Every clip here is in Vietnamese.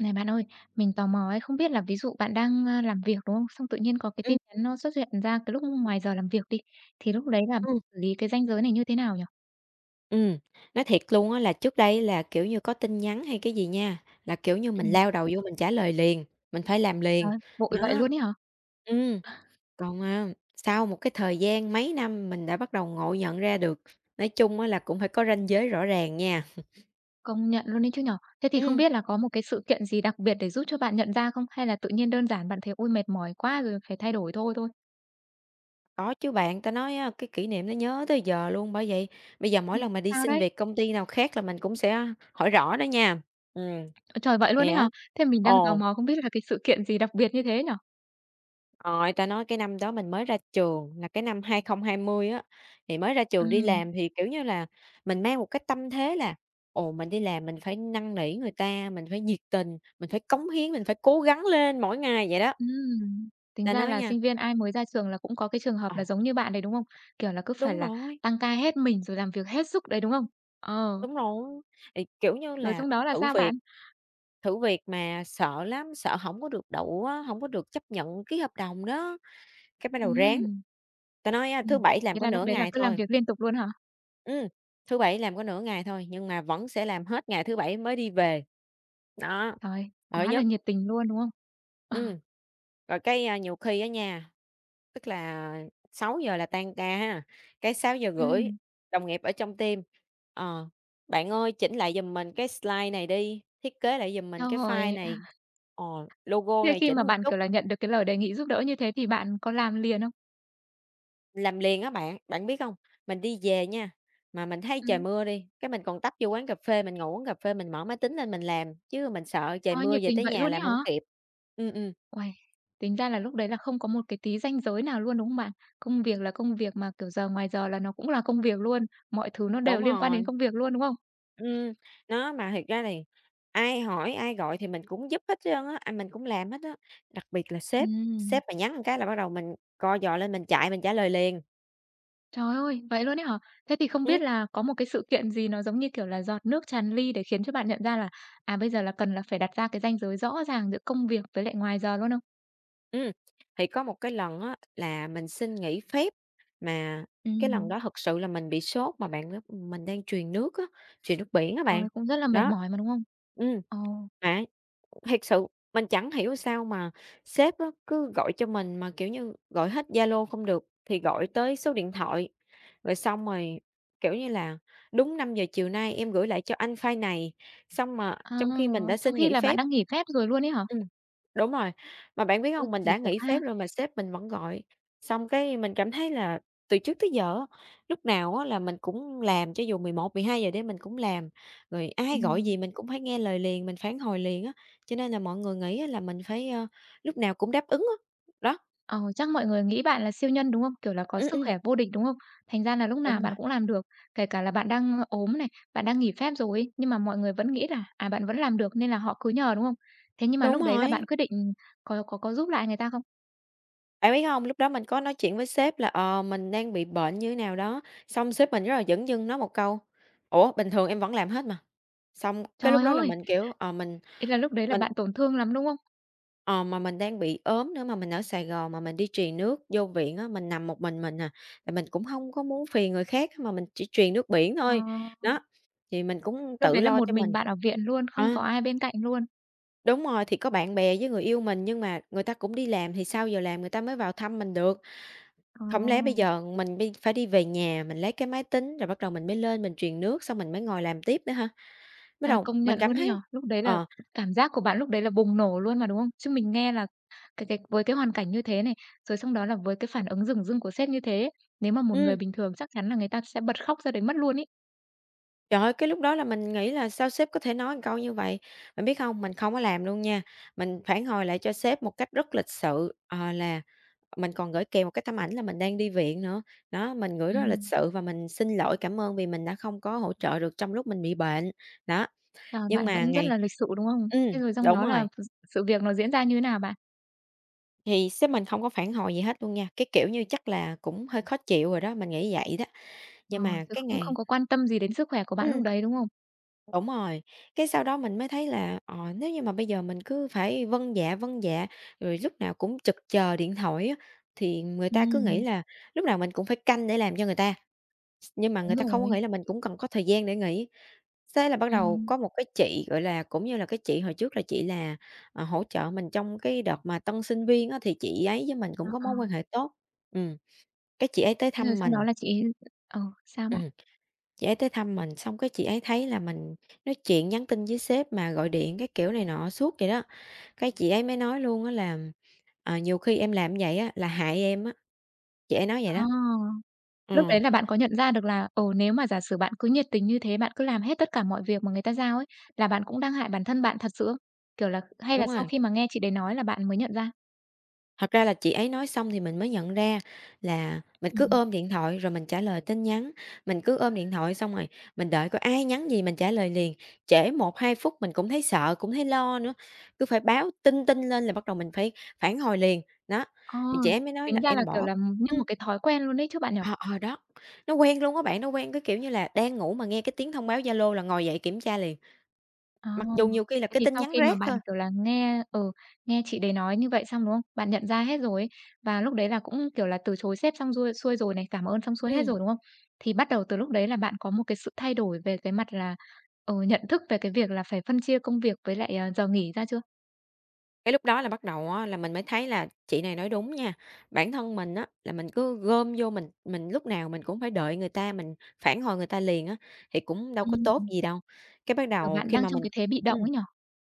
Này bạn ơi, mình tò mò ấy, không biết là ví dụ bạn đang, làm việc, đúng không? Xong tự nhiên có cái tin Ừm, nhắn nó xuất hiện ra cái lúc ngoài giờ làm việc đi, thì lúc đấy là bạn ừm, xử lý cái ranh giới này như thế nào nhỉ? ừm. Nói thiệt luôn á là trước đây là, kiểu như, có tin nhắn hay cái gì nha, là, kiểu như, mình Ừm. lao đầu vô mình trả lời liền, mình phải làm liền, Trời, vội vậy đó. luôn ấy hả? Ừm, Còn, sau một cái thời gian mấy năm mình đã bắt đầu ngộ nhận ra được, nói chung á là cũng phải có ranh giới rõ ràng nha. Công nhận luôn ấy chứ nhỉ? Thế thì không Ừm, biết là có một cái sự kiện gì đặc biệt để giúp cho bạn nhận ra không? Hay là tự nhiên đơn giản bạn thấy: "Ôi, mệt mỏi quá rồi, phải thay đổi thôi" thôi? có chứ bạn, ta nói á, cái kỷ niệm nó nhớ tới giờ luôn, bởi vậy bây giờ mỗi Ừm. lần mà đi Sao xin đấy? việc công ty nào khác là mình cũng sẽ hỏi rõ đó nha. Ừm, Ờ, trời, vậy luôn thì ấy hả? á Thế mình đang tò ồ. mò không biết là cái sự kiện gì đặc biệt như thế nhở? Rồi, ta nói cái năm đó mình mới ra trường là cái năm 2020 á, thì mới ra trường đi Ừm. làm thì, kiểu như là, mình mang một cái tâm thế là "Ồ, mình đi làm mình phải năn nỉ người ta, mình phải nhiệt tình, mình phải cống hiến, mình phải cố gắng lên mỗi ngày" vậy đó. Ừm, tính Ta ra nói là nha, sinh viên ai mới ra trường là cũng có cái trường hợp ờ, là giống như bạn đấy, đúng không? Kiểu là, cứ phải đúng là rồi, tăng ca hết mình rồi làm việc hết sức đấy, đúng không? Ờ, đúng rồi, thì, kiểu như rồi là, xong đó là thử sao việc bạn? thử việc mà sợ lắm, sợ không có được đậu á, hổng có được chấp nhận ký hợp đồng đó, cái bắt đầu ráng. Ừm, Ta nói á, thứ ừm, Bảy làm thế có là lúc nửa đấy là ngày cứ làm thôi. việc liên tục luôn hả? Ừm, Thứ Bảy làm có nửa ngày thôi, nhưng mà vẫn sẽ làm hết ngày thứ Bảy mới đi về. Đó, Trời, là quá là nhất. nhiệt tình luôn, đúng không? Ờ, Ừm, Rồi cái, nhiều khi ở nhà tức là 6 giờ là tan ca ha, cái 6:30 ừm, đồng nghiệp ở trong team, ờ, "Bạn ơi, chỉnh lại giùm mình cái slide này đi, thiết kế lại giùm mình xong cái file rồi này, ờ, logo thế này khi chỉnh mà một bạn, chút." kiểu là, nhận được cái lời đề nghị giúp đỡ như thế thì bạn có làm liền không? Làm liền á bạn, bạn biết không? Mình đi về nha, mà mình thấy trời Ừm, mưa đi, cái mình còn tấp vô quán cà phê, mình ngồi uống cà phê, mình mở máy tính lên mình làm, chứ mình sợ trời ôi, mưa nhiệt về tình tới vậy nhà luôn ấy làm hả? không kịp. Ừm, ừm, Uầy, tính ra là lúc đấy là không có một cái tí ranh giới nào luôn, đúng không bạn? Công việc là công việc mà, kiểu, giờ ngoài giờ là nó cũng là công việc luôn, mọi thứ nó đều đúng liên quan đến rồi. công việc luôn, đúng không? ừm, nó, mà thiệt ra thì ai hỏi, ai gọi thì mình cũng giúp hết trơn á, mình cũng làm hết á, đặc biệt là sếp, Ừm, sếp mà nhắn một cái là bắt đầu mình co giò lên mình chạy mình trả lời liền. trời ơi, vậy luôn ấy hả? Thế thì không Ừm. biết là có một cái sự kiện gì nó giống như, kiểu là, giọt nước tràn ly để khiến cho bạn nhận ra là, à, bây giờ là cần là phải đặt ra cái ranh giới rõ ràng giữa công việc với lại ngoài giờ luôn không? Ừm, thì có một cái lần á là mình xin nghỉ phép, mà cái lần Ừm. đó thực sự là mình bị sốt mà bạn biết mình đang truyền nước á, truyền nước biển á Trời ơi, bạn. cũng rất là mệt Đó. mỏi mà, đúng không? Ừm, Ờ, mà Thiệt sự mình chẳng hiểu sao mà sếp á, cứ gọi cho mình mà, kiểu như, gọi hết Zalo không được thì gọi tới số điện thoại, rồi xong rồi, kiểu như là, đúng 5 giờ chiều nay em gửi lại cho anh file này, xong mà à, trong khi mình đã trong xin khi nghỉ là bạn phép. đang nghỉ phép rồi luôn ấy hả? Ừm, Đúng rồi, mà bạn biết Ôi, không mình kỳ đã cục nghỉ phép ha. rồi mà sếp mình vẫn gọi, xong cái mình cảm thấy là từ trước tới giờ á, lúc nào á là mình cũng làm, cho dù 10, 11, 12 giờ đêm mình cũng làm, rồi ai gọi Ừm. gì mình cũng phải nghe lời liền, mình phản hồi liền á. Cho nên là mọi người nghĩ á là mình phải, lúc nào cũng đáp ứng á. Đó, Ờ, chắc mọi người nghĩ bạn là siêu nhân, đúng không? Kiểu là có ừm, sức ừm, khỏe vô địch, đúng không? Thành ra là lúc đúng nào rồi. bạn cũng làm được, kể cả là bạn đang ốm này, bạn đang nghỉ phép rồi ấy, nhưng mà mọi người vẫn nghĩ là, à, bạn vẫn làm được nên là họ cứ nhờ, đúng không? Thế nhưng mà Đúng lúc đấy là bạn rồi. quyết định có giúp lại người ta không? Bạn biết không lúc đó mình có nói chuyện với sếp là, mình đang bị bệnh như thế nào đó, xong sếp mình rất là dửng dưng nói một câu: "Ủa, bình thường em vẫn làm hết mà." Xong cái lúc Trời đó là ơi! mình, kiểu, ờ, Thế là lúc đấy là mình bạn tổn thương lắm, đúng không? ờ, mà mình đang bị ốm nữa, mà mình ở Sài Gòn mà mình đi truyền nước vô viện á, mình nằm một mình à, thì mình cũng không có muốn phiền người khác mà mình chỉ truyền nước biển Ờ, thôi. Đó, thì mình cũng lúc tự đấy là lo một cho mình. mình bạn ở viện luôn, không Ờ. có ai bên cạnh luôn. Đúng rồi, thì có bạn bè với người yêu mình nhưng mà người ta cũng đi làm thì sau giờ làm người ta mới vào thăm mình được. Ờ. Không lẽ bây giờ mình bi phải đi về nhà, mình lấy cái máy tính rồi bắt đầu mình mới lên mình truyền nước xong mình mới ngồi làm tiếp nữa hả? Bắt Trời, đầu công mình nhận cảm luôn ấy thấy nhở? Lúc đấy là ờ, cảm giác của bạn lúc đấy là bùng nổ luôn mà, đúng không? Chứ mình nghe là cái với cái hoàn cảnh như thế này, rồi xong đó là với cái phản ứng dửng dưng của sếp như thế, nếu mà một người ừ bình thường chắc chắn là người ta sẽ bật khóc ra đấy mất luôn ấy. Trời ơi, cái lúc đó là mình nghĩ là sao sếp có thể nói một câu như vậy. Bạn biết không? Mình không có làm luôn nha, mình phản hồi lại cho sếp một cách rất lịch sự, là mình còn gửi kèm một cái tấm ảnh là mình đang đi viện nữa. Đó, mình gửi rất là lịch Ừm, sự và mình xin lỗi, cảm ơn vì mình đã không có hỗ trợ được trong lúc mình bị bệnh. Đó. trời, Nhưng bạn mà vẫn rất ngày là lịch sự, đúng không? ừm, Thế rồi xong Đúng đó là rồi, sự việc nó diễn ra như thế nào bạn? thì sếp mình không có phản hồi gì hết luôn nha, cái kiểu như chắc là cũng hơi khó chịu rồi đó, mình nghĩ vậy đó. Ờ, Nhưng mà chứ cái cũng không ngày có quan tâm gì đến sức khỏe của bạn lúc ừm. đấy, đúng không? Đúng rồi, cái sau đó mình mới thấy là, nếu như mà bây giờ mình cứ phải vâng dạ, vâng dạ, rồi lúc nào cũng trực chờ điện thoại á, thì người ta cứ nghĩ Ừm, là lúc nào mình cũng phải canh để làm cho người ta, nhưng mà người đúng ta không có rồi. nghĩ là mình cũng cần có thời gian để nghỉ. Thế là bắt đầu Ừm, có một cái chị, gọi là, cũng như là cái chị hồi trước là chị là, hỗ trợ mình trong cái đợt mà tân sinh viên á, thì chị ấy với mình ờ, cũng có ờ. mối quan hệ tốt. Ừ, cái chị ấy tới Thế rồi thăm xong đó mình. là chị ấy, sao Ừ. bạn? Chị ấy tới thăm mình, xong cái chị ấy thấy là mình nói chuyện, nhắn tin với sếp mà gọi điện cái kiểu này nọ suốt vậy đó, cái chị ấy mới nói luôn á là, "Nhiều khi em làm vậy á là hại em á." Chị ấy nói vậy Ờ. đó. Lúc Ờ, đấy là bạn có nhận ra được là, ồ nếu mà giả sử bạn cứ nhiệt tình như thế, bạn cứ làm hết tất cả mọi việc mà người ta giao ấy, là bạn cũng đang hại bản thân bạn thật sự không? Kiểu là, hay là đúng sau rồi. khi mà nghe chị đấy nói là bạn mới nhận ra? Thật ra là chị ấy nói xong thì mình mới nhận ra là mình cứ Ừm. ôm điện thoại rồi mình trả lời tin nhắn, mình cứ ôm điện thoại xong rồi mình đợi coi ai nhắn gì mình trả lời liền, trễ 1, 2 phút mình cũng thấy sợ, cũng thấy lo nữa, cứ phải báo tinh tinh lên là bắt đầu mình phải phản hồi liền. Đó, Ờ, thì chị ấy mới nói tính là ra là, "Em kiểu bỏ". là, như ừm, một cái thói quen luôn ấy chứ bạn nhỉ? ờ, ờ, đó, nó quen luôn á bạn, nó quen cái kiểu như là đang ngủ mà nghe cái tiếng thông báo Zalo là ngồi dậy kiểm tra liền, À, mặc dù nhiều khi là thế cái thì tin sau nhắn khi mà rác bạn, thôi. kiểu là, nghe chị đấy nói như vậy xong, đúng không? Bạn nhận ra hết rồi ấy, và lúc đấy là cũng, kiểu là, từ chối sếp xong xuôi xuôi rồi này, cảm ơn xong xuôi hết Ừm. rồi, đúng không? Thì bắt đầu từ lúc đấy là bạn có một cái sự thay đổi về cái mặt là, ờ, nhận thức về cái việc là phải phân chia công việc với lại, ờ, giờ nghỉ ra chưa? Cái lúc đó là bắt đầu á là mình mới thấy là chị này nói đúng nha. Bản thân mình á là mình cứ gom vô mình lúc nào mình cũng phải đợi người ta, mình phản hồi người ta liền á, thì cũng đâu có tốt Ừm. gì đâu. Cái bắt Giờ đầu bạn khi đang mà trong mình cái thế bị động ừm, ấy nhỉ?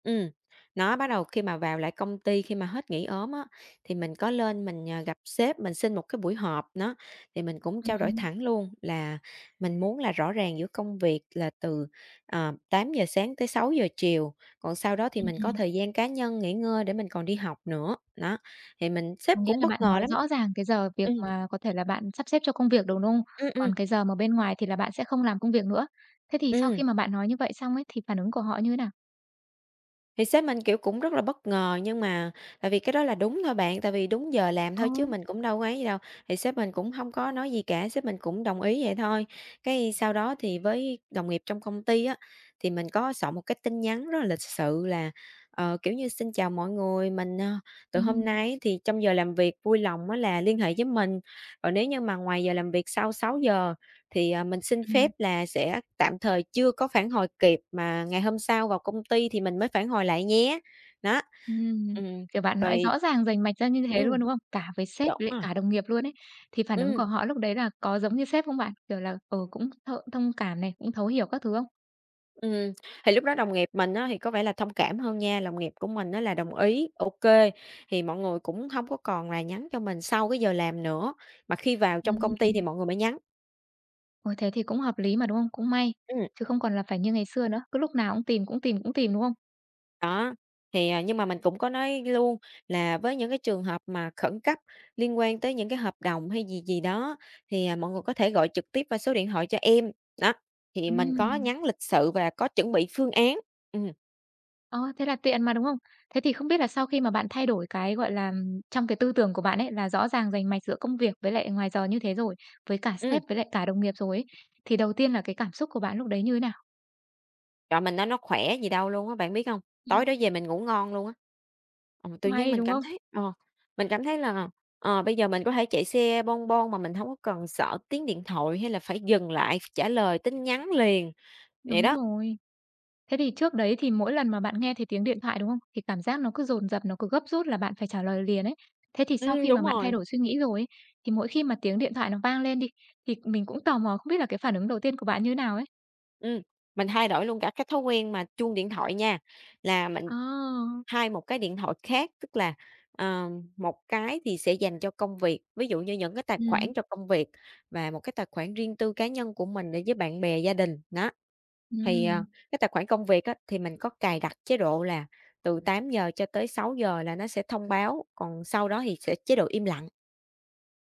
ừm, nó bắt đầu khi mà vào lại công ty, khi mà hết nghỉ ốm á, thì mình có lên mình, gặp sếp, mình xin một cái buổi họp đó, thì mình cũng trao đổi Ừm, thẳng luôn là mình muốn là rõ ràng giữa công việc là từ, 8 giờ sáng tới 6 giờ chiều. Còn sau đó thì ừm, mình có ừm. thời gian cá nhân nghỉ ngơi để mình còn đi học nữa, đó, thì mình sếp Nghĩa cũng là bất bạn ngờ nói lắm. rõ ràng cái giờ việc Ừm, mà có thể là bạn sắp xếp cho công việc, đúng không? ừm, ừm, Còn cái giờ mà bên ngoài thì là bạn sẽ không làm công việc nữa. Thế thì sau ừm. khi mà bạn nói như vậy xong ấy, thì phản ứng của họ như thế nào? Thì sếp mình, kiểu, cũng rất là bất ngờ, nhưng mà tại vì cái đó là đúng thôi bạn, tại vì đúng giờ làm Ờ, thôi chứ mình cũng đâu có ấy gì đâu, thì sếp mình cũng không có nói gì cả, sếp mình cũng đồng ý vậy thôi. Cái sau đó thì với đồng nghiệp trong công ty á, thì mình có soạn một cái tin nhắn rất là lịch sự là, kiểu như, "Xin chào mọi người, mình, từ hôm ừm, nay thì trong giờ làm việc vui lòng á là liên hệ với mình, còn nếu như mà ngoài giờ làm việc sau 6 giờ thì, mình xin ừm. phép là sẽ tạm thời chưa có phản hồi kịp, mà ngày hôm sau vào công ty thì mình mới phản hồi lại nhé. Đó. Ừm, Ừm, kiểu, bạn nói rồi rõ ràng rành mạch ra như thế ừm, luôn, đúng không? Cả với sếp Đúng lại rồi, cả đồng nghiệp luôn ấy, thì phản ứng ừm, của họ lúc đấy là có giống như sếp không bạn? Kiểu là, ừ, cũng thông cảm này, cũng thấu hiểu các thứ không? ừm, thì lúc đó đồng nghiệp mình á, thì có vẻ là thông cảm hơn nha, đồng nghiệp của mình á là đồng ý, ok thì mọi người cũng không có còn là nhắn cho mình sau cái giờ làm nữa, mà khi vào trong công ty thì Ừm. mọi người mới nhắn. Ôi, thế thì cũng hợp lý mà, đúng không? Cũng may, Ừm. chứ không còn là phải như ngày xưa nữa, cứ lúc nào cũng tìm, cũng tìm, cũng tìm, đúng không? Đó, nhưng mà mình cũng có nói luôn là với những cái trường hợp mà khẩn cấp liên quan tới những cái hợp đồng hay gì gì đó, mọi người có thể gọi trực tiếp vào số điện thoại cho em. Đó, thì mình có Ừm. nhắn lịch sự và có chuẩn bị phương án. Ừm, Ờ, thế là tiện mà, đúng không? Thế thì không biết là sau khi mà bạn thay đổi cái, gọi là, trong cái tư tưởng của bạn ấy, là rõ ràng rành mạch giữa công việc với lại ngoài giờ như thế rồi, với cả ừm, sếp với lại cả đồng nghiệp rồi ấy, thì đầu tiên là cái cảm xúc của bạn lúc đấy như thế nào? trời, mình nói nó khỏe gì đâu luôn á, bạn biết không? Ừm. Tối đó về mình ngủ ngon luôn á. Tự nhiên May, mình đúng cảm không? thấy mình cảm thấy là, bây giờ mình có thể chạy xe bon bon mà mình không có cần sợ tiếng điện thoại hay là phải dừng lại, trả lời tin nhắn liền, vậy Đúng đó. rồi. Thế thì trước đấy thì mỗi lần mà bạn nghe thấy tiếng điện thoại, đúng không? Thì cảm giác nó cứ dồn dập, nó cứ gấp rút là bạn phải trả lời liền ấy. Thế thì sau khi mà Đúng bạn thay rồi. đổi suy nghĩ rồi ấy, thì mỗi khi mà tiếng điện thoại nó vang lên đi, thì mình cũng tò mò không biết là cái phản ứng đầu tiên của bạn như thế nào ấy? Ừm, mình thay đổi luôn cả cái thói quen mà chuông điện thoại nha, là mình Ờ. thay một cái điện thoại khác, ờ, một cái thì sẽ dành cho công việc, ví dụ như những cái tài Ừm, khoản cho công việc và một cái tài khoản riêng tư cá nhân của mình để với bạn bè, gia đình, đó. Thì, ừm. ờ, cái tài khoản công việc á, thì mình có cài đặt chế độ là từ 8 giờ cho tới 6 giờ là nó sẽ thông báo, còn sau đó thì sẽ chế độ im lặng.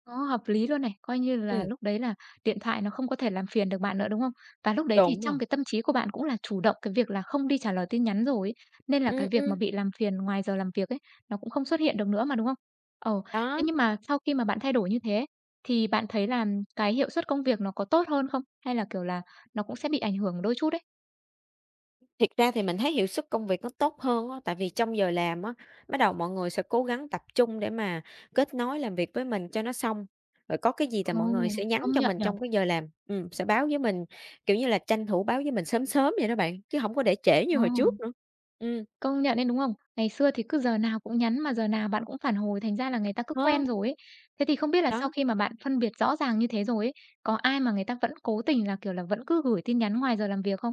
Nó hợp lý luôn này, coi như là Ừm, lúc đấy là điện thoại nó không có thể làm phiền được bạn nữa, đúng không? Và lúc đấy thì đúng rồi, trong cái tâm trí của bạn cũng là chủ động cái việc là không đi trả lời tin nhắn rồi ấy, nên là cái ừm, việc ừm, mà bị làm phiền ngoài giờ làm việc ấy, nó cũng không xuất hiện được nữa mà, đúng không? Ồ, thế đó. nhưng mà sau khi mà bạn thay đổi như thế thì bạn thấy là cái hiệu suất công việc nó có tốt hơn không? Hay là, kiểu là, nó cũng sẽ bị ảnh hưởng đôi chút đấy. Thiệt ra thì mình thấy hiệu suất công việc nó tốt hơn á, tại vì trong giờ làm á, bắt đầu mọi người sẽ cố gắng tập trung để mà kết nối làm việc với mình cho nó xong. Rồi có cái gì thì Ồ, mọi người sẽ nhắn công cho nhận mình nhỉ? trong cái giờ làm, sẽ báo với mình, kiểu như là, tranh thủ báo với mình sớm sớm vậy đó bạn, chứ không có để trễ như Ờ. hồi trước nữa. Ừm, Công nhận đấy, đúng không? Ngày xưa thì cứ giờ nào cũng nhắn mà giờ nào bạn cũng phản hồi, thành ra là người ta cứ đó, quen rồi ấy. Thế thì không biết là sau đó. khi mà bạn phân biệt rõ ràng như thế rồi ấy, có ai mà người ta vẫn cố tình là, kiểu là, vẫn cứ gửi tin nhắn ngoài giờ làm việc không?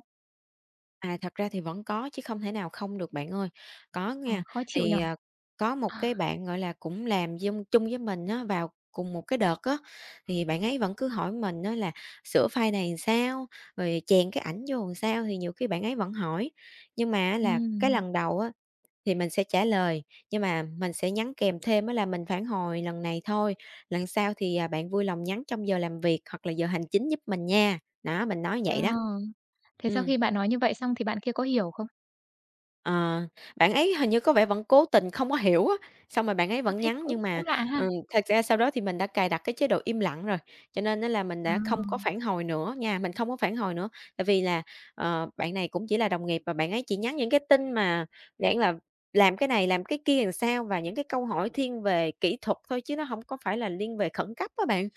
À, thật ra thì vẫn có chứ không thể nào không được bạn ơi. Có Ờ, nha, khó chịu nhỉ? thì, à, có một À, cái bạn, gọi là, cũng làm dung chung với mình á, vào cùng một cái đợt á, thì bạn ấy vẫn cứ hỏi mình á là sửa file này làm sao, rồi chèn cái ảnh vô làm sao, thì nhiều khi bạn ấy vẫn hỏi. Nhưng mà á là cái ừm, lần đầu á, thì mình sẽ trả lời, nhưng mà mình sẽ nhắn kèm thêm á là mình phản hồi lần này thôi, lần sau bạn vui lòng nhắn trong giờ làm việc hoặc là giờ hành chính giúp mình nha. Đó, mình nói ờ. vậy đó. Thế sau Ừ. khi bạn nói như vậy xong thì bạn kia có hiểu không? Ờ, bạn ấy hình như có vẻ vẫn cố tình không có hiểu á, xong rồi bạn ấy Ơ, vẫn thế nhắn cũng nhưng cũng mà, lạ ha. Thật ra sau đó thì mình đã cài đặt cái chế độ im lặng rồi, cho nên á là mình Ờ, đã không có phản hồi nữa nha, mình không có phản hồi nữa. Tại vì bạn này cũng chỉ là đồng nghiệp và bạn ấy chỉ nhắn những cái tin mà dạng là làm cái này, làm cái kia làm sao và những cái câu hỏi thiên về kỹ thuật thôi chứ nó hổng có phải là liên về khẩn cấp á bạn.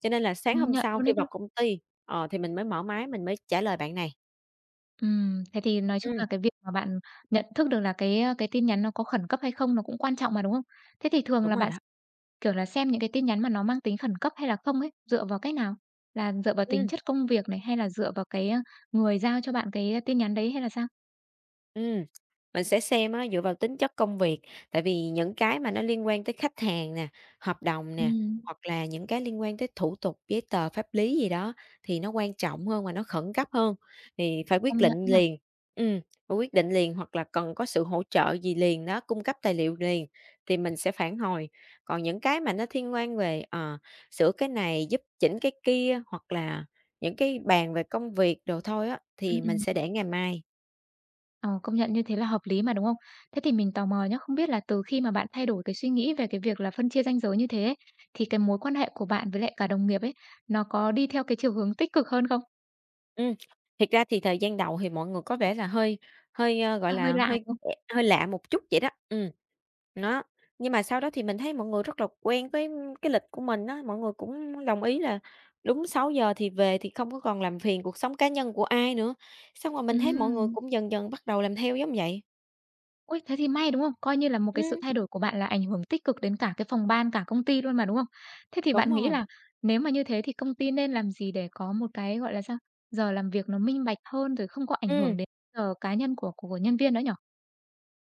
Cho nên là sáng công hôm nhận sau luôn khi đấy chứ. vào công ty, thì mình mới mở máy mình mới trả lời bạn này. Thế thì nói chung Ừm, là cái việc mà bạn nhận thức được là cái tin nhắn nó có khẩn cấp hay không nó cũng quan trọng mà, đúng không? Thế thì thường đúng là rồi bạn. đó. Kiểu là, xem những cái tin nhắn mà nó mang tính khẩn cấp hay là không ấy, dựa vào cách nào? Là dựa vào tính Ừm. chất công việc này, hay là dựa vào cái, người giao cho bạn cái tin nhắn đấy hay là sao? Ừm, mình sẽ xem á, dựa vào tính chất công việc, tại vì những cái mà nó liên quan tới khách hàng nè, hợp đồng nè, Ừm. hoặc là những cái liên quan tới thủ tục, giấy tờ, pháp lý gì đó thì nó quan trọng hơn và nó khẩn cấp hơn, thì phải quyết Công nhận định nhỉ? liền. Ừm, phải quyết định liền hoặc là cần có sự hỗ trợ gì liền đó, cung cấp tài liệu liền thì mình sẽ phản hồi. Còn những cái mà nó thiên quan về, sửa cái này, giúp chỉnh cái kia, hoặc là những cái bàn về công việc đồ thôi á, Ừm, thì mình ừm. sẽ để ngày mai. Ờ, công nhận như thế là hợp lý mà, đúng không? Thế thì mình tò mò nhá, không biết là từ khi mà bạn thay đổi cái suy nghĩ về cái việc là phân chia ranh giới như thế ấy, thì cái mối quan hệ của bạn với lại cả đồng nghiệp ấy, nó có đi theo cái chiều hướng tích cực hơn không? Ừm, thiệt ra thì thời gian đầu thì mọi người có vẻ là hơi hơi, ơ, gọi Hơi là, lạ, hơi đúng không? hơi lạ một chút vậy đó, nó. Nhưng mà sau đó thì mình thấy mọi người rất là quen với cái lịch của mình á, mọi người cũng đồng ý là đúng 6 giờ thì về thì không có còn làm phiền cuộc sống cá nhân của ai nữa. Xong rồi mình thấy mọi người Ừm. cũng dần dần bắt đầu làm theo giống vậy. Ôi, thế thì may, đúng không? Coi như là một cái sự Ừm, thay đổi của bạn là ảnh hưởng tích cực đến cả cái phòng ban, cả công ty luôn mà, đúng không? Thế thì đúng bạn nghĩ rồi, là nếu mà như thế thì công ty nên làm gì để có một cái, gọi là sao, giờ làm việc nó minh bạch hơn rồi không có ảnh hưởng ừm. đến giờ cá nhân của nhân viên nữa nhỉ?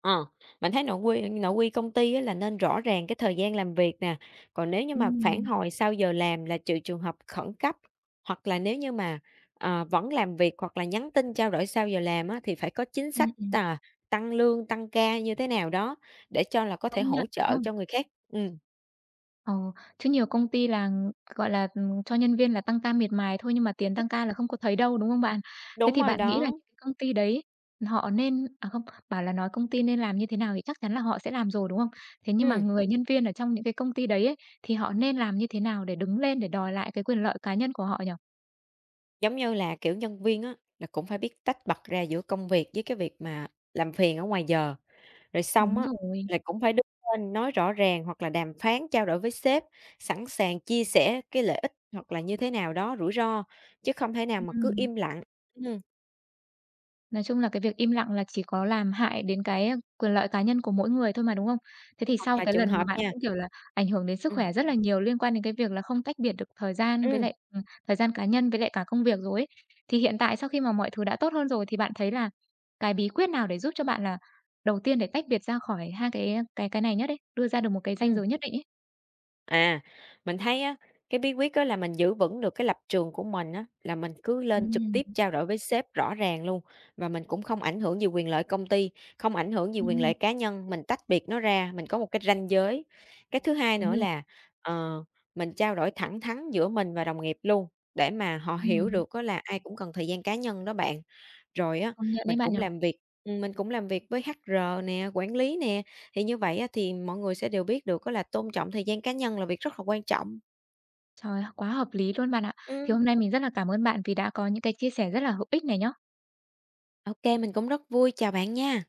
Ờ, mình thấy nội quy công ty á là nên rõ ràng cái thời gian làm việc nè, còn nếu như mà phản Ừm, hồi sau giờ làm là trừ trường hợp khẩn cấp, hoặc là nếu như mà vẫn làm việc hoặc là nhắn tin trao đổi sau giờ làm á, thì phải có chính ừm, sách, ừm. à, tăng lương, tăng ca như thế nào đó để cho là có thể Công hỗ nhận, đúng trợ không? cho người khác. Ừm, Ờ, chứ nhiều công ty là, gọi là, cho nhân viên là tăng ca miệt mài thôi nhưng mà tiền tăng ca là không có thấy đâu, đúng không bạn? Thế đúng thì rồi bạn nghĩ là những đó. cái công ty đấy họ nên à, không, bảo là nói công ty nên làm như thế nào thì chắc chắn là họ sẽ làm rồi, đúng không? Thế nhưng mà Ừm, người nhân viên ở trong những cái công ty đấy ấy, thì họ nên làm như thế nào để đứng lên để đòi lại cái quyền lợi cá nhân của họ nhỉ? giống như là, kiểu, nhân viên á, là cũng phải biết tách bạch ra giữa công việc với cái việc mà làm phiền ở ngoài giờ. Rồi xong Đúng á, rồi. là cũng phải đứng lên nói rõ ràng hoặc là đàm phán trao đổi với sếp, sẵn sàng chia sẻ cái lợi ích hoặc là như thế nào đó, rủi ro, chứ không thể nào mà cứ Ừm. im lặng. Ừm, Nói chung là cái việc im lặng là chỉ có làm hại đến cái quyền lợi cá nhân của mỗi người thôi mà, đúng không? Thế thì hoặc sau là cái trường lần mà hợp bạn nha. cũng, kiểu là, ảnh hưởng đến sức khỏe ừm, rất là nhiều liên quan đến cái việc là không tách biệt được thời gian với ừm, lại, thời gian cá nhân với lại cả công việc rồi ấy, thì hiện tại sau khi mà mọi thứ đã tốt hơn rồi thì bạn thấy là cái bí quyết nào để giúp cho bạn là đầu tiên để tách biệt ra khỏi hai cái ờ, cái này nhất ấy, đưa ra được một cái ranh ừm. giới nhất định ấy? À, mình thấy á, cái bí quyết á là mình giữ vững được cái lập trường của mình á, là mình cứ lên trực Ừm, tiếp trao đổi với sếp rõ ràng luôn và mình cũng không ảnh hưởng gì quyền lợi công ty, không ảnh hưởng gì quyền ừm, lợi cá nhân, mình tách biệt nó ra, mình có một cái ranh giới. Cái thứ hai đúng nữa rồi, là ờ, mình trao đổi thẳng thắn giữa mình và đồng nghiệp luôn để mà họ hiểu ừm, được có là ai cũng cần thời gian cá nhân đó bạn. Rồi á, công nhận đấy mình bạn cũng nhỉ? làm việc mình cũng làm việc với HR nè, quản lý nè thì như vậy á, thì mọi người sẽ đều biết được á là tôn trọng thời gian cá nhân là việc rất là quan trọng. Trời, quá hợp lý luôn bạn ạ. Thì Ừm, hôm nay mình rất là cảm ơn bạn vì đã có những cái chia sẻ rất là hữu ích này nhá. ô mình cũng rất vui, chào bạn nha.